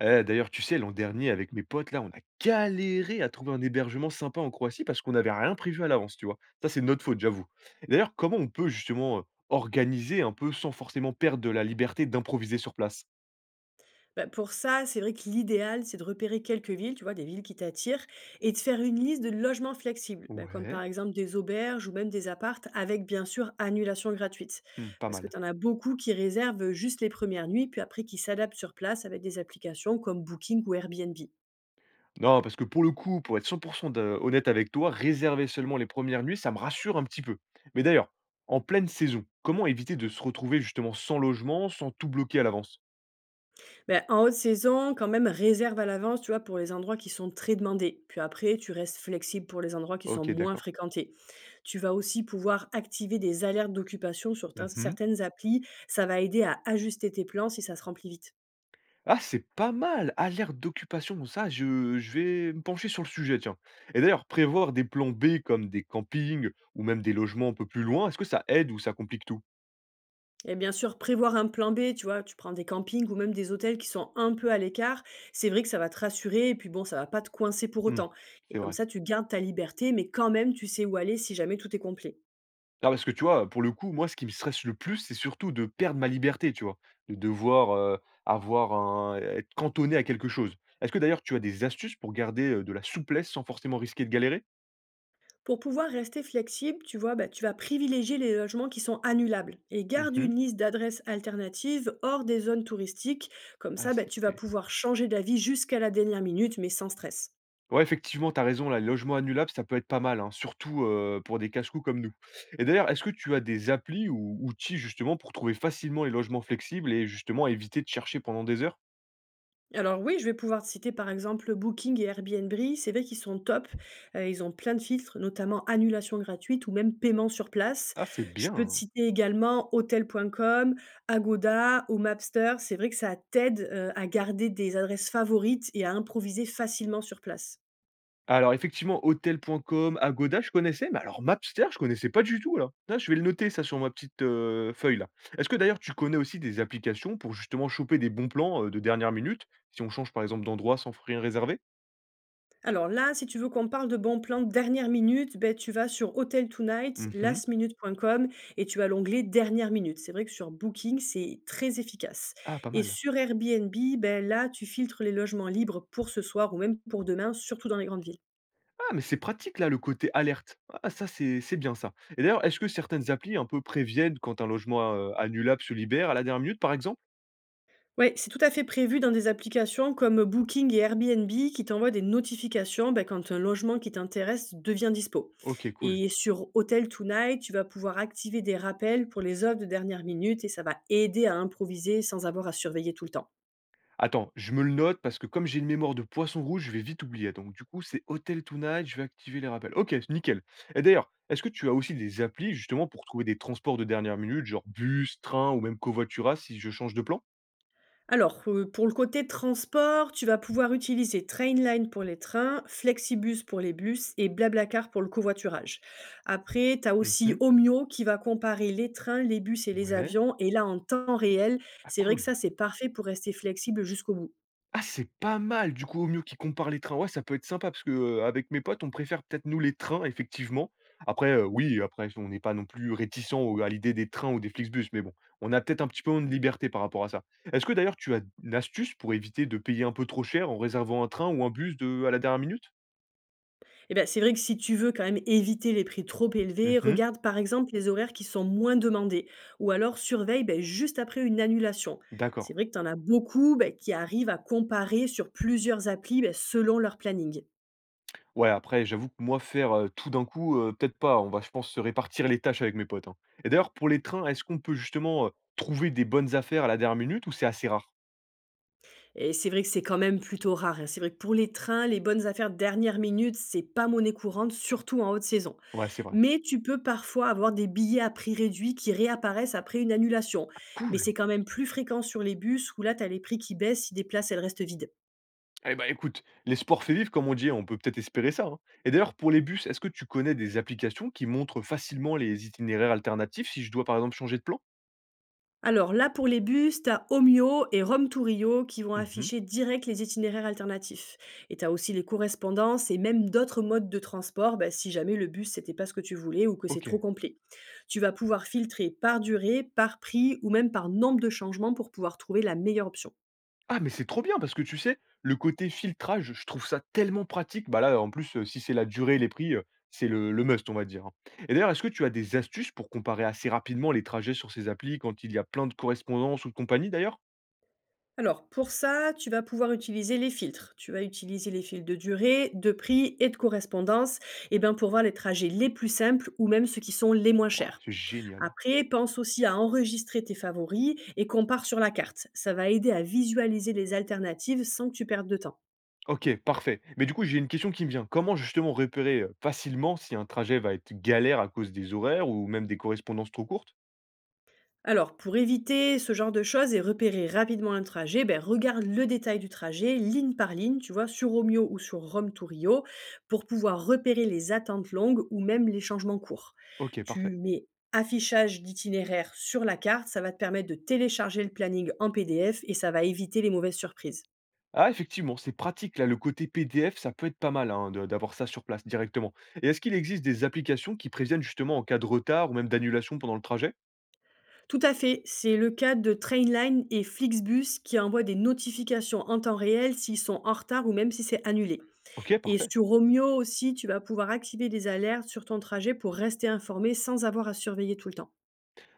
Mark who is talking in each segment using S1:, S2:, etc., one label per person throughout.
S1: Eh, d'ailleurs, tu sais, l'an dernier, avec mes potes, là, on a galéré à trouver un hébergement sympa en Croatie parce qu'on n'avait rien prévu à l'avance, tu vois. Ça, c'est de notre faute, j'avoue. Et d'ailleurs, comment on peut justement organiser un peu sans forcément perdre de la liberté d'improviser sur place?
S2: Bah, pour ça, c'est vrai que l'idéal, c'est de repérer quelques villes, tu vois, des villes qui t'attirent, et de faire une liste de logements flexibles, bah, comme par
S1: Ouais,
S2: exemple des auberges ou même des appartes, avec bien sûr annulation gratuite.
S1: hmm, pas
S2: Parce que
S1: mal.
S2: tu en as beaucoup qui réservent juste les premières nuits, puis après qui s'adaptent sur place avec des applications comme Booking ou Airbnb.
S1: Non, parce que pour le coup, pour être 100% honnête avec toi, réserver seulement les premières nuits, ça me rassure un petit peu. Mais d'ailleurs, en pleine saison, comment éviter de se retrouver justement sans logement, sans tout bloquer à l'avance?
S2: Beh, en haute saison, quand même, réserve à l'avance, tu vois, pour les endroits qui sont très demandés. Puis après, tu restes flexible pour les endroits qui sont
S1: Ok,
S2: moins
S1: d'accord.
S2: fréquentés. Tu vas aussi pouvoir activer des alertes d'occupation sur certaines applis. Ça va aider à ajuster tes plans si ça se remplit vite.
S1: Ah, c'est pas mal! Alerte d'occupation, ça, je vais me pencher sur le sujet, tiens. Et d'ailleurs, prévoir des plans B comme des campings ou même des logements un peu plus loin, est-ce que ça aide ou ça complique tout?
S2: Et bien sûr, prévoir un plan B, tu vois, tu prends des campings ou même des hôtels qui sont un peu à l'écart. C'est vrai que ça va te rassurer et puis bon, ça va pas te coincer pour
S1: Mmh,
S2: autant. Et
S1: c'est
S2: comme
S1: vrai.
S2: ça, tu gardes ta liberté, mais quand même, tu sais où aller si jamais tout est complet.
S1: Ah, parce que tu vois, pour le coup, moi, ce qui me stresse le plus, c'est surtout de perdre ma liberté, tu vois? De devoir, avoir un être cantonné à quelque chose. Est-ce que d'ailleurs tu as des astuces pour garder, de la souplesse sans forcément risquer de galérer?
S2: Pour pouvoir rester flexible, tu vois, bah, tu vas privilégier les logements qui sont annulables et garde
S1: Mmh.
S2: une liste d'adresses alternatives hors des zones touristiques. Comme
S1: Ah,
S2: ça, bah,
S1: c'est
S2: tu vas
S1: OK.
S2: pouvoir changer d'avis jusqu'à la dernière minute, mais sans stress.
S1: Ouais, effectivement, tu as raison, là, les logements annulables, ça peut être pas mal, hein, surtout pour des casse-cou comme nous. Et d'ailleurs, est-ce que tu as des applis ou outils justement pour trouver facilement les logements flexibles et justement éviter de chercher pendant des heures?
S2: Alors oui, je vais pouvoir te citer par exemple Booking et Airbnb. C'est vrai qu'ils sont top. Ils ont plein de filtres, notamment annulation gratuite ou même paiement sur place.
S1: Ah, c'est
S2: Je
S1: bien,
S2: peux te
S1: hein.
S2: citer également Hotel.com, Agoda ou Mapster. C'est vrai que ça t'aide à garder des adresses favorites et à improviser facilement sur place.
S1: Alors effectivement, Hotels.com, Agoda, je connaissais, mais alors Mapster, je connaissais pas du tout là. Ah, je vais le noter ça sur ma petite, feuille là. Est-ce que d'ailleurs tu connais aussi des applications pour justement choper des bons plans, de dernière minute, si on change par exemple d'endroit sans rien réserver?
S2: Alors là, si tu veux qu'on parle de bons plans de dernière minute, ben tu vas sur Hotel Tonight,
S1: Mmh.
S2: lastminute.com et tu as l'onglet dernière minute. C'est vrai que sur Booking, c'est très efficace.
S1: Ah, pas
S2: Et
S1: mal.
S2: sur Airbnb, ben là, tu filtres les logements libres pour ce soir ou même pour demain, surtout dans les grandes villes.
S1: Ah, mais c'est pratique là, le côté alerte. Ah ça, c'est bien ça. Et d'ailleurs, est-ce que certaines applis un peu préviennent quand un logement, annulable se libère à la dernière minute, par exemple?
S2: Ouais, c'est tout à fait prévu dans des applications comme Booking et Airbnb qui t'envoient des notifications ben, quand un logement qui t'intéresse devient dispo.
S1: OK, cool.
S2: Et sur Hotel Tonight, tu vas pouvoir activer des rappels pour les offres de dernière minute et ça va aider à improviser sans avoir à surveiller tout le temps.
S1: Attends, je me le note parce que comme j'ai une mémoire de poisson rouge, je vais vite oublier. Donc du coup, c'est Hotel Tonight, je vais activer les rappels. OK, nickel. Et d'ailleurs, est-ce que tu as aussi des applis justement pour trouver des transports de dernière minute, genre bus, train ou même covoiturage si je change de plan?
S2: Alors, pour le côté transport, tu vas pouvoir utiliser Trainline pour les trains, Flexibus pour les bus et BlaBlaCar pour le covoiturage. Après, tu as aussi
S1: Mmh.
S2: Omio qui va comparer les trains, les bus et les
S1: Ouais.
S2: avions et là, en temps réel,
S1: Ah,
S2: c'est vrai que
S1: cool.
S2: ça, c'est parfait pour rester flexible jusqu'au bout.
S1: Ah, c'est pas mal, du coup, au mieux qu'ils comparent les trains. Ouais, ça peut être sympa parce que, avec mes potes, on préfère peut-être nous les trains effectivement. Après, oui, après on n'est pas non plus réticent au à l'idée des trains ou des Flixbus, mais bon, on a peut-être un petit peu moins de liberté par rapport à ça. Est-ce que d'ailleurs tu as une astuce pour éviter de payer un peu trop cher en réservant un train ou un bus de à la dernière minute?
S2: Eh ben c'est vrai que si tu veux quand même éviter les prix trop élevés,
S1: Mmh.
S2: regarde par exemple les horaires qui sont moins demandés ou alors surveille bah, juste après une annulation.
S1: D'accord.
S2: C'est vrai que tu en as beaucoup bah, qui arrivent à comparer sur plusieurs applis bah, selon leur planning.
S1: Ouais, après j'avoue que moi faire, tout d'un coup, peut-être pas, on va je pense se répartir les tâches avec mes potes, hein. Et d'ailleurs pour les trains, est-ce qu'on peut justement, trouver des bonnes affaires à la dernière minute ou c'est assez rare?
S2: Et c'est vrai que c'est quand même plutôt rare, hein. C'est vrai que pour les trains, les bonnes affaires dernière minute, c'est pas monnaie courante, surtout en haute saison.
S1: Ouais, c'est vrai.
S2: Mais tu peux parfois avoir des billets à prix réduit qui réapparaissent après une annulation. Mais
S1: Cool.
S2: c'est quand même plus fréquent sur les bus où là, tu as les prix qui baissent si des places, elles restent vides.
S1: Eh ben écoute, les sports faits vivre, comme on dit, on peut-être espérer ça, hein. Et d'ailleurs, pour les bus, est-ce que tu connais des applications qui montrent facilement les itinéraires alternatifs si je dois par exemple changer de plan?
S2: Alors là, pour les bus, t'as Omio et Rome to Rio qui vont
S1: Mhm.
S2: afficher direct les itinéraires alternatifs. Et t'as aussi les correspondances et même d'autres modes de transport bah, si jamais le bus, c'était pas ce que tu voulais ou que c'est
S1: OK.
S2: trop complet. Tu vas pouvoir filtrer par durée, par prix ou même par nombre de changements pour pouvoir trouver la meilleure option.
S1: Ah, mais c'est trop bien parce que tu sais, le côté filtrage, je trouve ça tellement pratique. Bah là, en plus, si c'est la durée et les prix, c'est le must, on va dire, hein. Et d'ailleurs, est-ce que tu as des astuces pour comparer assez rapidement les trajets sur ces applis quand il y a plein de correspondances ou de compagnies d'ailleurs?
S2: Alors pour ça, tu vas pouvoir utiliser les filtres. Tu vas utiliser les filtres de durée, de prix et de correspondance et ben, pour voir les trajets les plus simples ou même ceux qui sont les moins
S1: Ouah,
S2: chers.
S1: c'est génial.
S2: Après, pense aussi à enregistrer tes favoris et compare sur la carte. Ça va aider à visualiser les alternatives sans que tu perdes de temps.
S1: OK, parfait. Mais du coup, j'ai une question qui me vient. Comment justement repérer, facilement si un trajet va être galère à cause des horaires ou même des correspondances trop courtes?
S2: Alors, pour éviter ce genre de choses et repérer rapidement un trajet, ben, regarde le détail du trajet, ligne par ligne, tu vois, sur Romeo ou sur Rome to Rio, pour pouvoir repérer les attentes longues ou même les changements courts.
S1: OK,
S2: Tu
S1: parfait.
S2: mets affichage d'itinéraire sur la carte, ça va te permettre de télécharger le planning en PDF et ça va éviter les mauvaises surprises.
S1: Ah, effectivement, c'est pratique là, le côté PDF, ça peut être pas mal, hein, de d'avoir ça sur place directement. Et est-ce qu'il existe des applications qui préviennent justement en cas de retard ou même d'annulation pendant le trajet?
S2: Tout à fait, c'est le cas de Trainline et Flixbus qui envoient des notifications en temps réel s'ils sont en retard ou même si c'est annulé.
S1: OK,
S2: Et
S1: parfait.
S2: sur Romeo aussi, tu vas pouvoir activer des alertes sur ton trajet pour rester informé sans avoir à surveiller tout le temps.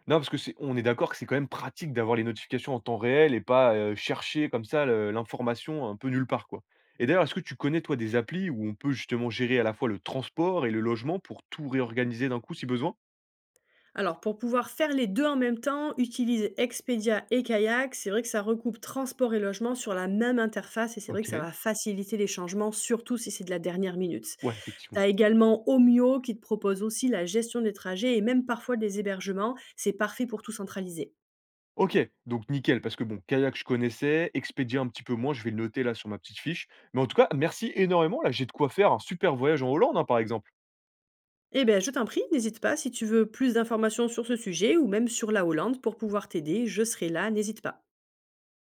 S1: Non, parce que c'est on est d'accord que c'est quand même pratique d'avoir les notifications en temps réel et pas, chercher comme ça le l'information un peu nulle part, quoi. Et d'ailleurs, est-ce que tu connais, toi, des applis où on peut justement gérer à la fois le transport et le logement pour tout réorganiser d'un coup si besoin?
S2: Alors pour pouvoir faire les deux en même temps, utilise Expedia et Kayak. C'est vrai que ça recoupe transport et logement sur la même interface et c'est vrai que ça
S1: OK.
S2: va faciliter les changements, surtout si c'est de la dernière minute.
S1: Ouais,
S2: Tu
S1: effectivement.
S2: as également Omio qui te propose aussi la gestion des trajets et même parfois des hébergements. C'est parfait pour tout centraliser.
S1: OK, donc nickel, parce que bon, Kayak, je connaissais, Expedia un petit peu moins, je vais le noter là sur ma petite fiche. Mais en tout cas, merci énormément, là, j'ai de quoi faire un super voyage en Hollande, hein, par exemple.
S2: Eh bien, je t'en prie, n'hésite pas si tu veux plus d'informations sur ce sujet ou même sur la Hollande pour pouvoir t'aider, je serai là, n'hésite pas.